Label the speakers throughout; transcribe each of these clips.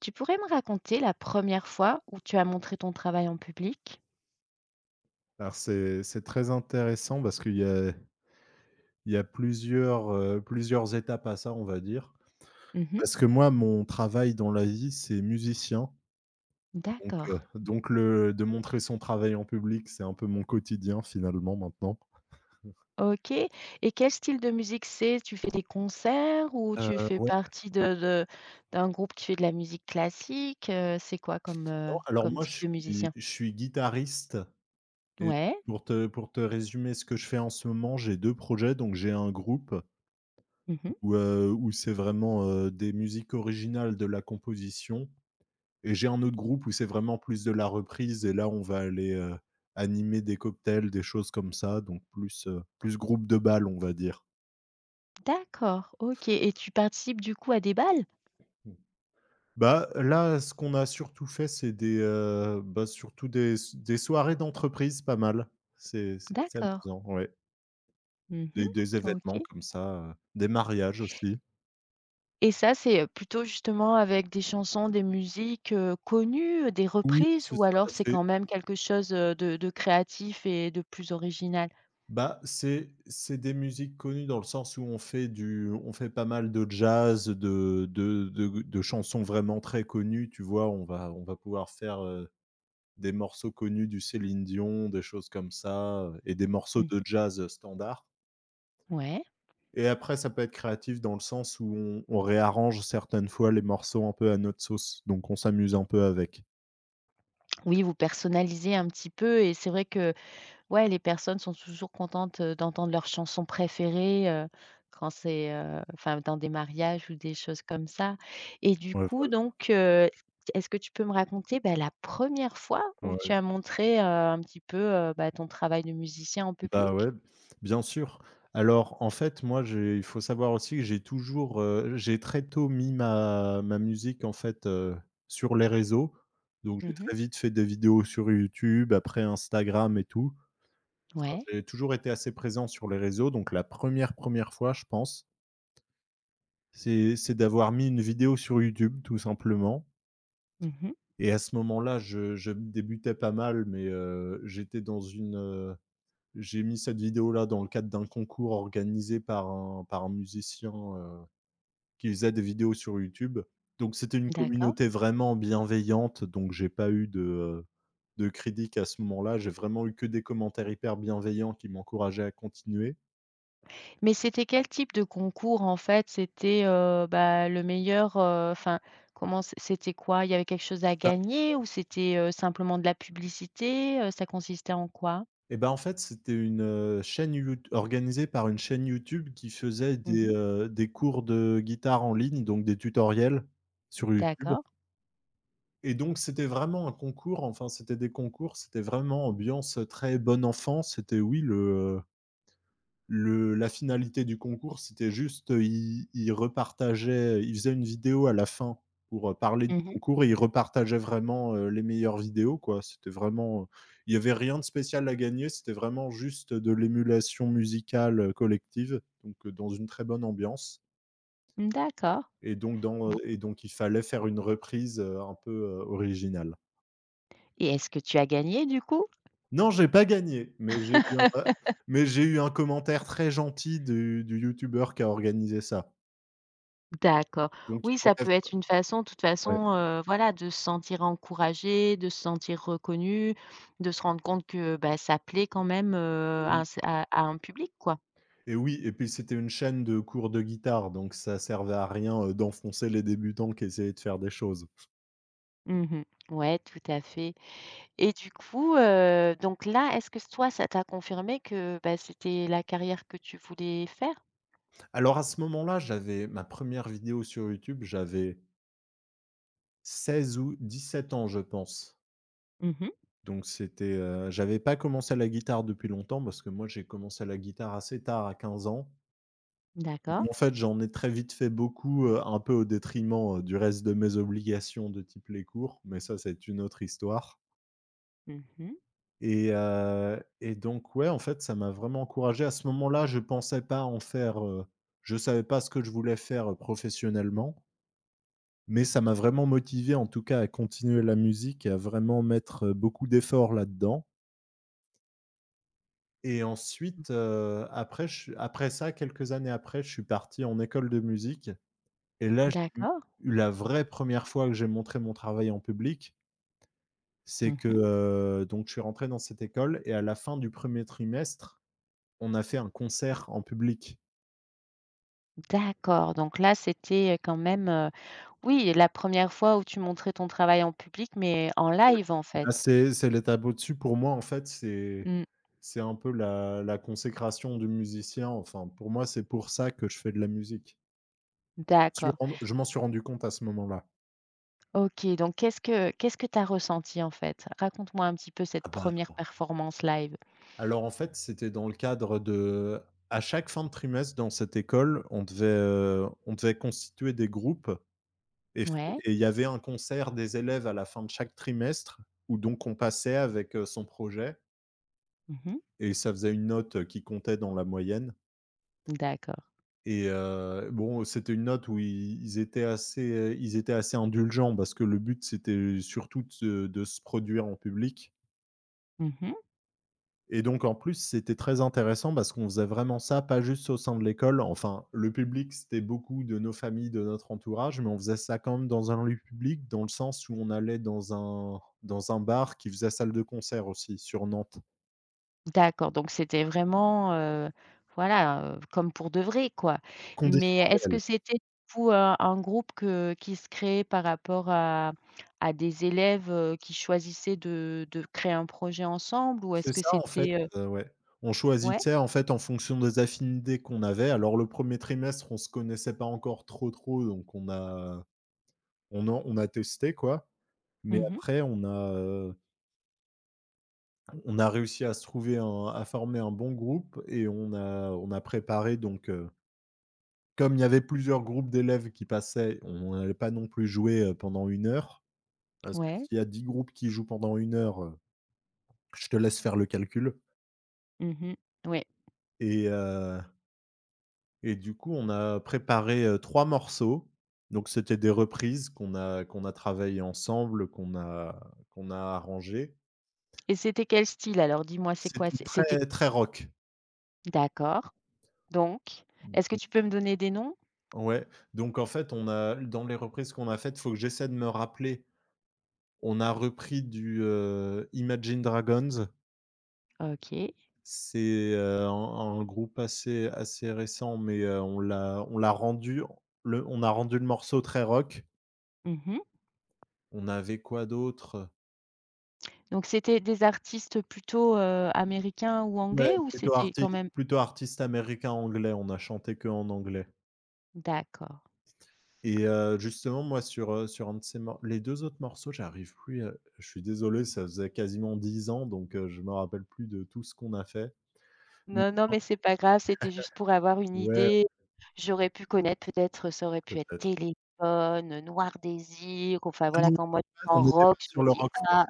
Speaker 1: Tu pourrais me raconter la première fois où tu as montré ton travail en public?
Speaker 2: Alors c'est très intéressant parce qu'il y a il y a plusieurs, plusieurs étapes à ça, on va dire.
Speaker 1: Mmh.
Speaker 2: Parce que moi, mon travail dans la vie, c'est musicien,
Speaker 1: D'accord.
Speaker 2: donc le de montrer son travail en public, c'est un peu mon quotidien finalement maintenant.
Speaker 1: OK et quel style de musique c'est? Tu fais des concerts ou
Speaker 2: Heu,
Speaker 1: tu fais
Speaker 2: ouais,
Speaker 1: partie de d'un groupe qui fait de la musique classique? C'est quoi comme,
Speaker 2: non, alors
Speaker 1: comme
Speaker 2: moi
Speaker 1: type
Speaker 2: je
Speaker 1: de
Speaker 2: suis
Speaker 1: musicien?
Speaker 2: je suis guitariste et
Speaker 1: Ouais.
Speaker 2: pour te résumer ce que je fais en ce moment, j'ai 2 projets, donc j'ai un groupe
Speaker 1: Mmh.
Speaker 2: où c'est vraiment, des musiques originales de la composition. Et j'ai un autre groupe où c'est vraiment plus de la reprise et là, on va aller, animer des cocktails, des choses comme ça, donc plus, plus groupe de bal, on va dire.
Speaker 1: D'accord, OK et tu participes du coup à des balles.
Speaker 2: Mmh. Bah, là, ce qu'on a surtout fait, c'est des, bah, surtout des soirées d'entreprise pas mal. C'est assez
Speaker 1: D'accord.
Speaker 2: amusant, ouais.
Speaker 1: Mmh.
Speaker 2: Des
Speaker 1: OK.
Speaker 2: événements comme ça, des mariages aussi.
Speaker 1: Et ça, c'est, plutôt justement avec des chansons, des musiques, connues, des
Speaker 2: Oui,
Speaker 1: reprises
Speaker 2: c'est
Speaker 1: ou alors c'est
Speaker 2: ça.
Speaker 1: quand même quelque chose, de créatif et de plus original?
Speaker 2: Bah, c'est des musiques connues dans le sens où on fait pas mal de jazz, de chansons vraiment très connues, tu vois? On va pouvoir faire, des morceaux connus du Céline Dion, des choses comme ça, heu, et des morceaux
Speaker 1: Mmh.
Speaker 2: de jazz, standard.
Speaker 1: Ouais.
Speaker 2: Et après ça peut être créatif dans le sens où on réarrange certaines fois les morceaux un peu à notre sauce, donc on s'amuse un peu avec.
Speaker 1: Oui, vous personnalisez un petit peu et c'est vrai que, ouais, les personnes sont toujours contentes, d'entendre leurs chansons préférées, quand c'est, enfin dans des mariages ou des choses comme ça. Et du
Speaker 2: Ouais,
Speaker 1: coup
Speaker 2: voilà.
Speaker 1: donc, est-ce que tu peux me raconter, bah, la première fois où tu
Speaker 2: Ouais.
Speaker 1: as montré, un petit peu, bah, ton travail de musicien en
Speaker 2: Bah,
Speaker 1: public?
Speaker 2: ouais, bien sûr. Alors, en fait, moi, j'ai il faut savoir aussi que j'ai toujours, j'ai très tôt mis ma musique, en fait, sur les réseaux. Donc j'ai
Speaker 1: Mmh mh.
Speaker 2: très vite fait des vidéos sur YouTube, après Instagram et tout. Enfin,
Speaker 1: Ouais.
Speaker 2: j'ai toujours été assez présent sur les réseaux. Donc la première fois, je pense, c'est d'avoir mis une vidéo sur YouTube, tout simplement,
Speaker 1: Mmh mh.
Speaker 2: et à ce moment-là, je débutais pas mal, mais j'étais dans une, j'ai mis cette vidéo-là dans le cadre d'un concours organisé par un musicien, qui faisait des vidéos sur YouTube. Donc c'était une
Speaker 1: D'accord.
Speaker 2: communauté vraiment bienveillante, donc j'ai pas eu de critiques à ce moment-là. J'ai vraiment eu que des commentaires hyper bienveillants qui m'encourageaient à continuer.
Speaker 1: Mais c'était quel type de concours en fait? C'était, bah, le meilleur, enfin, comment c'était quoi? Il y avait quelque chose à
Speaker 2: Bah
Speaker 1: gagner ou c'était, simplement de la publicité? Ça consistait en quoi?
Speaker 2: et ben, en fait, c'était une, chaîne Yout organisée par une chaîne YouTube qui faisait
Speaker 1: Mmh mh.
Speaker 2: des cours de guitare en ligne, donc des tutoriels sur YouTube.
Speaker 1: D'accord.
Speaker 2: Et donc c'était vraiment un concours, enfin c'était des concours, c'était vraiment ambiance très bonne enfant. C'était oui le la finalité du concours, c'était juste, ils repartageaient, ils faisaient une vidéo à la fin pour, parler du
Speaker 1: Mmh mh.
Speaker 2: concours, et ils repartageaient vraiment, les meilleures vidéos quoi. C'était vraiment, il y avait rien de spécial à gagner, c'était vraiment juste de l'émulation musicale, collective, dans une très bonne ambiance.
Speaker 1: D'accord. Bon
Speaker 2: Et donc il fallait faire une reprise, un peu, originale.
Speaker 1: et est-ce que tu as gagné du coup?
Speaker 2: Non, j'ai pas gagné, mais j'ai eu un mais j'ai eu un commentaire très gentil du youtubeur qui a organisé ça.
Speaker 1: D'accord.
Speaker 2: Donc il
Speaker 1: Oui, ça
Speaker 2: prenait
Speaker 1: peut être une façon, de toute
Speaker 2: ouais,
Speaker 1: façon, voilà, de se sentir encouragé, de se sentir reconnu, de se rendre compte que, bah, ça plaît quand même, à
Speaker 2: oui,
Speaker 1: un cer à un public, quoi.
Speaker 2: et oui, et puis c'était une chaîne de cours de guitare, donc ça servait à rien, d'enfoncer les débutants qui essayaient de faire des choses.
Speaker 1: Mmh. Ouais, tout à fait et du coup, donc là, est-ce que toi, ça t'a confirmé que, bah, c'était la carrière que tu voulais faire?
Speaker 2: Alors à ce moment-là, j'avais ma première vidéo sur YouTube, j'avais 16 ou 17 ans, je pense.
Speaker 1: Mmh.
Speaker 2: Donc c'était, j'avais pas commencé la guitare depuis longtemps parce que moi j'ai commencé la guitare assez tard, à 15 ans. Mais
Speaker 1: D'accord.
Speaker 2: en fait, j'en ai très vite fait beaucoup, un peu au détriment, du reste de mes obligations de type les cours, mais ça, c'est une autre histoire.
Speaker 1: Mmh.
Speaker 2: Et donc ouais, en fait, ça m'a vraiment encouragé. À ce moment-là, je pensais pas en faire, je savais pas ce que je voulais faire, professionnellement, mais ça m'a vraiment motivé, en tout cas, à continuer la musique et à vraiment mettre, beaucoup d'efforts là-dedans. Et ensuite, après je suis après ça, quelques années après, je suis parti en école de musique. Et là, j'ai eu
Speaker 1: D'accord.
Speaker 2: eu la vraie première fois que j'ai montré mon travail en public, c'est que,
Speaker 1: Mmh.
Speaker 2: donc je suis rentré dans cette école et à la fin du premier trimestre, on a fait un concert en public.
Speaker 1: D'accord, donc là, c'était, quand même, oui, la première fois où tu montrais ton travail en public, mais en live, en
Speaker 2: Là,
Speaker 1: fait?
Speaker 2: c'est l'étape au-dessus pour moi, en fait, c'est
Speaker 1: Mmh.
Speaker 2: c'est un peu la consécration du musicien, enfin, pour moi, c'est pour ça que je fais de la musique. Suis
Speaker 1: D'accord.
Speaker 2: rend je m'en suis rendu compte à ce moment-là.
Speaker 1: OK, donc qu'est-ce que tu as ressenti, en fait? Raconte-moi un petit peu cette
Speaker 2: Ah bah
Speaker 1: première performance live.
Speaker 2: alors, en fait, c'était dans le cadre de à chaque fin de trimestre dans cette école, on devait constituer des groupes. Et f
Speaker 1: Ouais.
Speaker 2: et il y avait un concert des élèves à la fin de chaque trimestre où donc on passait avec, son projet,
Speaker 1: Mmh.
Speaker 2: et ça faisait une note, qui comptait dans la moyenne.
Speaker 1: D'accord.
Speaker 2: Bon, c'était une note où ils étaient assez indulgents parce que le but c'était surtout de se produire en public.
Speaker 1: Mmh.
Speaker 2: Et donc en plus, c'était très intéressant parce qu'on faisait vraiment ça, pas juste au sein de l'école. Enfin, le public, c'était beaucoup de nos familles, de notre entourage, mais on faisait ça quand même dans un lieu public, dans le sens où on allait dans un bar qui faisait salle de concert aussi sur Nantes.
Speaker 1: D'accord, donc c'était vraiment, voilà, comme pour de vrai, quoi. Mais
Speaker 2: Conditions
Speaker 1: est-ce
Speaker 2: réelles.
Speaker 1: que c'était du coup, un groupe que qui se créait par rapport à des élèves, qui choisissaient de créer un projet ensemble ou
Speaker 2: C'est
Speaker 1: est-ce que
Speaker 2: ça en fait,
Speaker 1: c'était,
Speaker 2: ouais. On
Speaker 1: ouais?
Speaker 2: choisissait en fait en fonction des affinités qu'on avait. Alors le premier trimestre, on se connaissait pas encore trop, trop, donc on a testé quoi, mais
Speaker 1: Mmh mh.
Speaker 2: après on a, on a réussi à former un bon groupe, et on a préparé donc, comme il y avait plusieurs groupes d'élèves qui passaient, on n'allait pas non plus jouer, pendant une heure, parce que
Speaker 1: Ouais.
Speaker 2: s'il y a 10 groupes qui jouent pendant une heure, je te laisse faire le calcul.
Speaker 1: Mmh mh. Ouais.
Speaker 2: Et heu et du coup, on a préparé, 3 morceaux. Donc c'était des reprises qu'on a travaillées ensemble, qu'on a arrangées.
Speaker 1: Et c'était quel style alors? Dis-moi, c'est quoi?
Speaker 2: C'était
Speaker 1: C'était
Speaker 2: très, très rock.
Speaker 1: d'accord, donc est-ce que tu peux me donner des noms?
Speaker 2: Ouais, donc en fait, on a dans les reprises qu'on a faites, faut que j'essaie de me rappeler. On a repris du, Imagine Dragons.
Speaker 1: OK.
Speaker 2: C'est, heu, un groupe assez récent, mais, on l'a rendu le on a rendu le morceau très rock.
Speaker 1: Mmh mh.
Speaker 2: On avait quoi d'autre?
Speaker 1: Donc c'était des artistes plutôt, américains ou
Speaker 2: Ouais,
Speaker 1: anglais ou c'était quand même
Speaker 2: plutôt artiste américain-anglais, on a chanté que en anglais.
Speaker 1: d'accord.
Speaker 2: Et justement, moi, sur un de ces mor les 2 autres morceaux, j'arrive plus à je suis désolé, ça faisait quasiment 10 ans, je me rappelle plus de tout ce qu'on a fait. Mais
Speaker 1: Non, non, mais c'est pas grave, c'était juste pour avoir une
Speaker 2: ouais,
Speaker 1: idée. J'aurais pu connaître peut-être, ça aurait pu être
Speaker 2: peut-être.
Speaker 1: Téléphone, Noir Désir, enfin
Speaker 2: Ah
Speaker 1: voilà,
Speaker 2: non,
Speaker 1: quand moi je
Speaker 2: on
Speaker 1: sens
Speaker 2: n'était pas
Speaker 1: rock, je
Speaker 2: sur
Speaker 1: me
Speaker 2: le
Speaker 1: dis:
Speaker 2: rock
Speaker 1: «Ah!»
Speaker 2: français,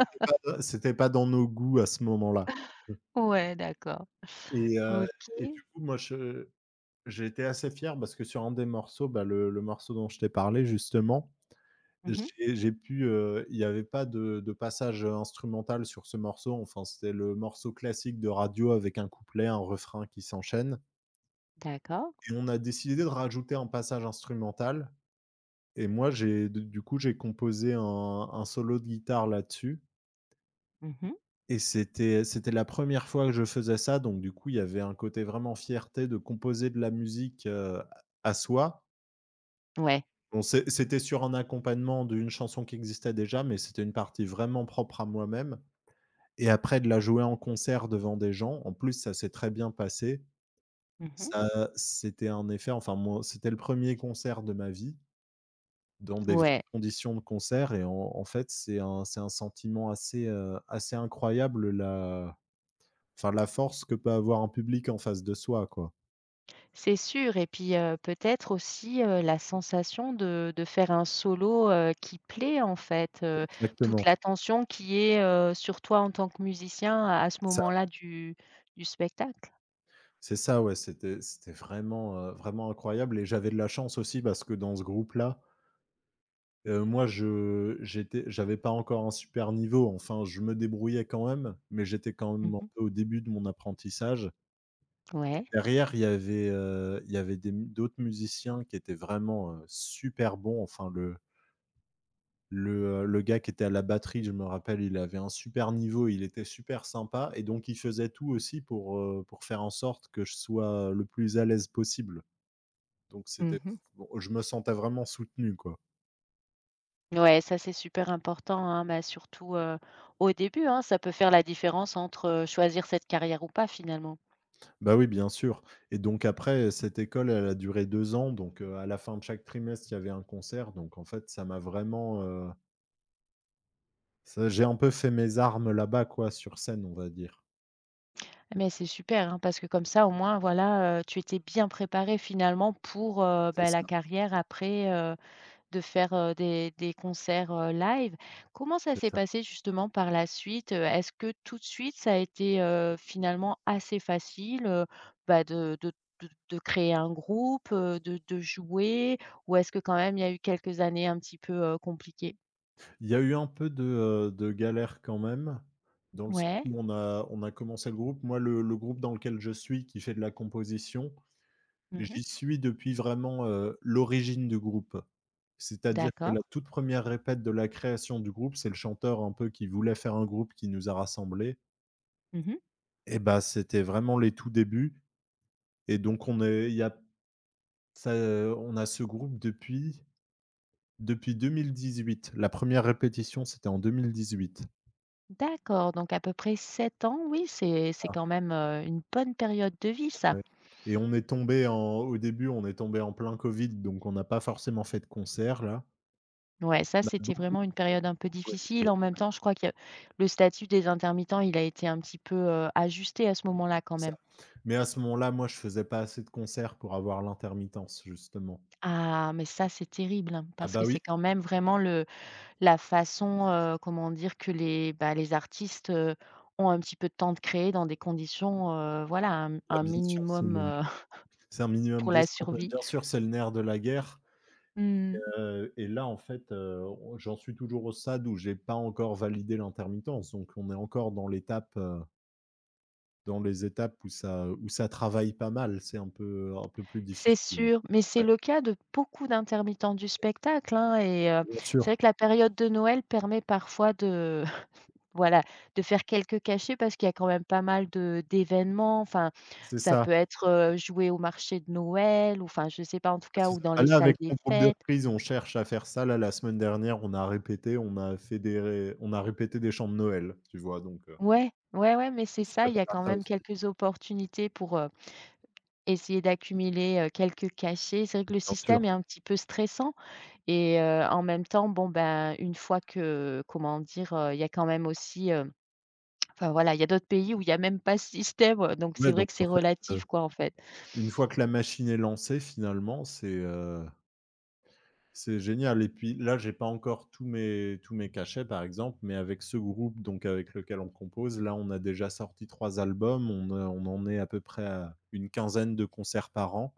Speaker 2: c'était pas dans nos goûts à ce moment-là.
Speaker 1: Ouais, d'accord.
Speaker 2: Et heu
Speaker 1: OK.
Speaker 2: et du coup, moi, je j'ai été assez fier parce que sur un des morceaux, bah, le morceau dont je t'ai parlé, justement,
Speaker 1: Mmh.
Speaker 2: J'ai pu, il y avait pas de passage, instrumental sur ce morceau, enfin c'était le morceau classique de radio avec un couplet, un refrain qui s'enchaîne,
Speaker 1: D'accord.
Speaker 2: et on a décidé de rajouter un passage instrumental, et moi j'ai du coup j'ai composé un solo de guitare là-dessus,
Speaker 1: Mmh.
Speaker 2: et c'était la première fois que je faisais ça, donc du coup il y avait un côté vraiment fierté de composer de la musique, à soi.
Speaker 1: Ouais.
Speaker 2: Bon c'était sur un accompagnement d'une chanson qui existait déjà, mais c'était une partie vraiment propre à moi-même. Et après de la jouer en concert devant des gens, en plus ça s'est très bien passé.
Speaker 1: Mmh.
Speaker 2: Ça c'était un effet enfin moi c'était le premier concert de ma vie, dans des vraies
Speaker 1: Ouais,
Speaker 2: conditions de concert, et en fait c'est un sentiment assez, assez incroyable, la enfin la force que peut avoir un public en face de soi, quoi.
Speaker 1: c'est sûr et puis, peut-être aussi, la sensation de faire un solo, qui plaît en fait, toute
Speaker 2: Exactement.
Speaker 1: l'attention qui est, sur toi en tant que musicien à ce
Speaker 2: Ça,
Speaker 1: moment-là du spectacle.
Speaker 2: c'est ça, ouais, c'était vraiment, vraiment incroyable, et j'avais de la chance aussi parce que dans ce groupe-là, moi, je j'étais j'avais pas encore un super niveau, enfin, je me débrouillais quand même, mais j'étais quand
Speaker 1: Mmh
Speaker 2: même un
Speaker 1: mh.
Speaker 2: peu au début de mon apprentissage.
Speaker 1: Ouais.
Speaker 2: Derrière, il y avait des mu d'autres musiciens qui étaient vraiment, super bons. Enfin, le gars qui était à la batterie, je me rappelle, il avait un super niveau, il était super sympa, et donc il faisait tout aussi pour faire en sorte que je sois le plus à l'aise possible. Donc
Speaker 1: Mmh
Speaker 2: c'était
Speaker 1: mh.
Speaker 2: bon, je me sentais vraiment soutenu, quoi.
Speaker 1: Ouais, ça c'est super important, hein, bah, surtout, au début, hein, ça peut faire la différence entre, choisir cette carrière ou pas finalement.
Speaker 2: Bah, oui, bien sûr. Et donc après, cette école, elle a duré 2 ans, à la fin de chaque trimestre, il y avait un concert, donc en fait, ça m'a vraiment, ça j'ai un peu fait mes armes là-bas quoi, sur scène, on va dire.
Speaker 1: Mais c'est super, hein, parce que comme ça au moins voilà, tu étais bien préparée finalement pour,
Speaker 2: C'est
Speaker 1: bah, la
Speaker 2: ça.
Speaker 1: carrière après, heu. De faire, des concerts, live. Comment ça
Speaker 2: C'est
Speaker 1: s'est
Speaker 2: ça.
Speaker 1: passé justement par la suite? Est-ce que tout de suite ça a été, finalement assez facile, bah, de créer un groupe, de jouer? Ou est-ce que quand même il y a eu quelques années un petit peu, compliquées?
Speaker 2: Il y a eu un peu de galère quand même, dans le sens
Speaker 1: Ouais.
Speaker 2: où on a commencé le groupe. Moi, le groupe dans lequel je suis, qui fait de la composition,
Speaker 1: Mmh.
Speaker 2: j'y suis depuis vraiment, l'origine du groupe. C'est-à-dire que
Speaker 1: D'accord.
Speaker 2: la toute première répète de la création du groupe, c'est le chanteur un peu qui voulait faire un groupe qui nous a rassemblés,
Speaker 1: Mmh.
Speaker 2: et bah, c'était vraiment les tout débuts. Et donc on est il y a ça, on a ce groupe depuis 2018. La première répétition, c'était en 2018.
Speaker 1: D'accord, donc à peu près 7 ans, oui, c'est
Speaker 2: Ah
Speaker 1: quand même, une bonne période de vie ça.
Speaker 2: ouais. Et on est tombé en au début, on est tombé en plein covid, donc on n'a pas forcément fait de concert là.
Speaker 1: Ouais, ça, c'était vraiment une période un peu
Speaker 2: Ouais,
Speaker 1: difficile.
Speaker 2: OK.
Speaker 1: En même temps, je crois que le statut des intermittents, il a été un petit peu, ajusté à ce moment-là quand même.
Speaker 2: Mais à ce moment-là, moi, je faisais pas assez de concerts pour avoir l'intermittence, justement.
Speaker 1: Ah, mais ça, c'est terrible, hein,
Speaker 2: Ah
Speaker 1: parce
Speaker 2: bah
Speaker 1: que
Speaker 2: oui,
Speaker 1: c'est quand même vraiment le la façon, comment dire? Que les, bah, les artistes, ont un petit peu de temps de créer dans des conditions, voilà, un
Speaker 2: bah, bien sûr,
Speaker 1: minimum,
Speaker 2: c'est un minimum
Speaker 1: pour la
Speaker 2: décent, mais
Speaker 1: survie.
Speaker 2: bien sûr, c'est le nerf de la guerre,
Speaker 1: Mmh.
Speaker 2: et là, en fait, on j'en suis toujours au stade où j'ai pas encore validé l'intermittence, donc on est encore dans les étapes où ça travaille pas mal. C'est un peu plus
Speaker 1: C'est
Speaker 2: difficile.
Speaker 1: sûr, mais c'est
Speaker 2: Ouais,
Speaker 1: le cas de beaucoup d'intermittents du spectacle, hein et
Speaker 2: bien
Speaker 1: c'est
Speaker 2: sûr,
Speaker 1: vrai que la période de Noël permet parfois de voilà, de faire quelques cachets parce qu'il y a quand même pas mal de d'événements. Enfin,
Speaker 2: c'est
Speaker 1: ça
Speaker 2: ça.
Speaker 1: peut être, jouer au marché de Noël ou enfin, je sais pas en tout
Speaker 2: Bah,
Speaker 1: cas
Speaker 2: c'est
Speaker 1: ou
Speaker 2: ça.
Speaker 1: dans
Speaker 2: Bah,
Speaker 1: les
Speaker 2: là,
Speaker 1: salles
Speaker 2: avec
Speaker 1: des
Speaker 2: mon groupe de
Speaker 1: fêtes.
Speaker 2: reprise, on cherche à faire ça. Là, la semaine dernière, on a répété, on a répété des chants de Noël, tu vois?
Speaker 1: Ouais, ouais, ouais, mais
Speaker 2: On
Speaker 1: c'est
Speaker 2: se
Speaker 1: ça, il y a
Speaker 2: prépare à
Speaker 1: quand
Speaker 2: ça
Speaker 1: même
Speaker 2: aussi,
Speaker 1: quelques opportunités pour, essayer d'accumuler, quelques cachets. C'est vrai que le
Speaker 2: bien
Speaker 1: système
Speaker 2: sûr.
Speaker 1: est un petit peu stressant et en même temps, bon, ben, une fois que comment dire? Il y a quand même aussi, enfin voilà, il y a d'autres pays où il y a même pas ce système, donc
Speaker 2: Ouais,
Speaker 1: c'est vrai
Speaker 2: donc
Speaker 1: que
Speaker 2: en
Speaker 1: c'est
Speaker 2: fait, heu,
Speaker 1: relatif quoi, en fait.
Speaker 2: une fois que la machine est lancée, finalement, c'est génial, et puis là, j'ai pas encore tous mes cachets, par exemple, mais avec ce groupe, donc avec lequel on compose, là, on a déjà sorti 3 albums, on en est à peu près à une quinzaine de concerts par an,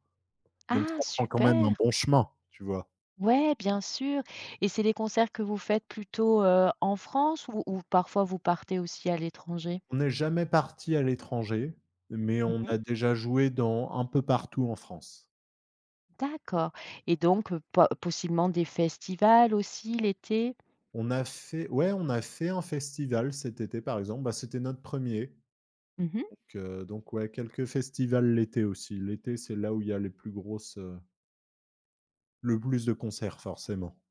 Speaker 2: donc
Speaker 1: Ah,
Speaker 2: ça prend quand même un
Speaker 1: super!
Speaker 2: bon chemin, tu vois?
Speaker 1: Ouais, bien sûr. Et c'est des concerts que vous faites plutôt, en France ou parfois vous partez aussi à l'étranger?
Speaker 2: On n'est jamais parti à l'étranger, mais on
Speaker 1: Mmh.
Speaker 2: a déjà joué dans un peu partout en France.
Speaker 1: D'accord et donc po possiblement des festivals aussi l'été?
Speaker 2: On a fait ouais, on a fait un festival cet été, par exemple. Bah, c'était notre premier.
Speaker 1: Mmh.
Speaker 2: Donc ouais, quelques festivals l'été aussi. L'été, c'est là où il y a les plus grosses, le plus de concerts, forcément.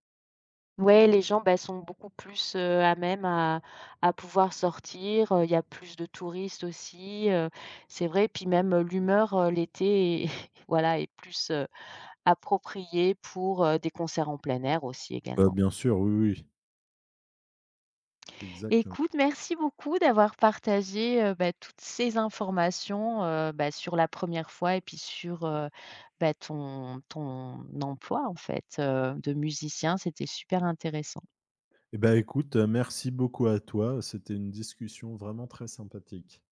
Speaker 1: Ouais, les gens, bah, sont beaucoup plus, à même à pouvoir sortir, il y a plus de touristes aussi, c'est vrai. Puis même, l'humeur, l'été est voilà, est plus, appropriée pour, des concerts en plein air aussi
Speaker 2: Bah,
Speaker 1: également.
Speaker 2: bien sûr, oui, oui, exactement.
Speaker 1: Écoute, merci beaucoup d'avoir partagé, bah, toutes ces informations, bah, sur la première fois et puis sur, bah, ton emploi en fait, de musicien. C'était super intéressant.
Speaker 2: Et bah, écoute, merci beaucoup à toi. C'était une discussion vraiment très sympathique.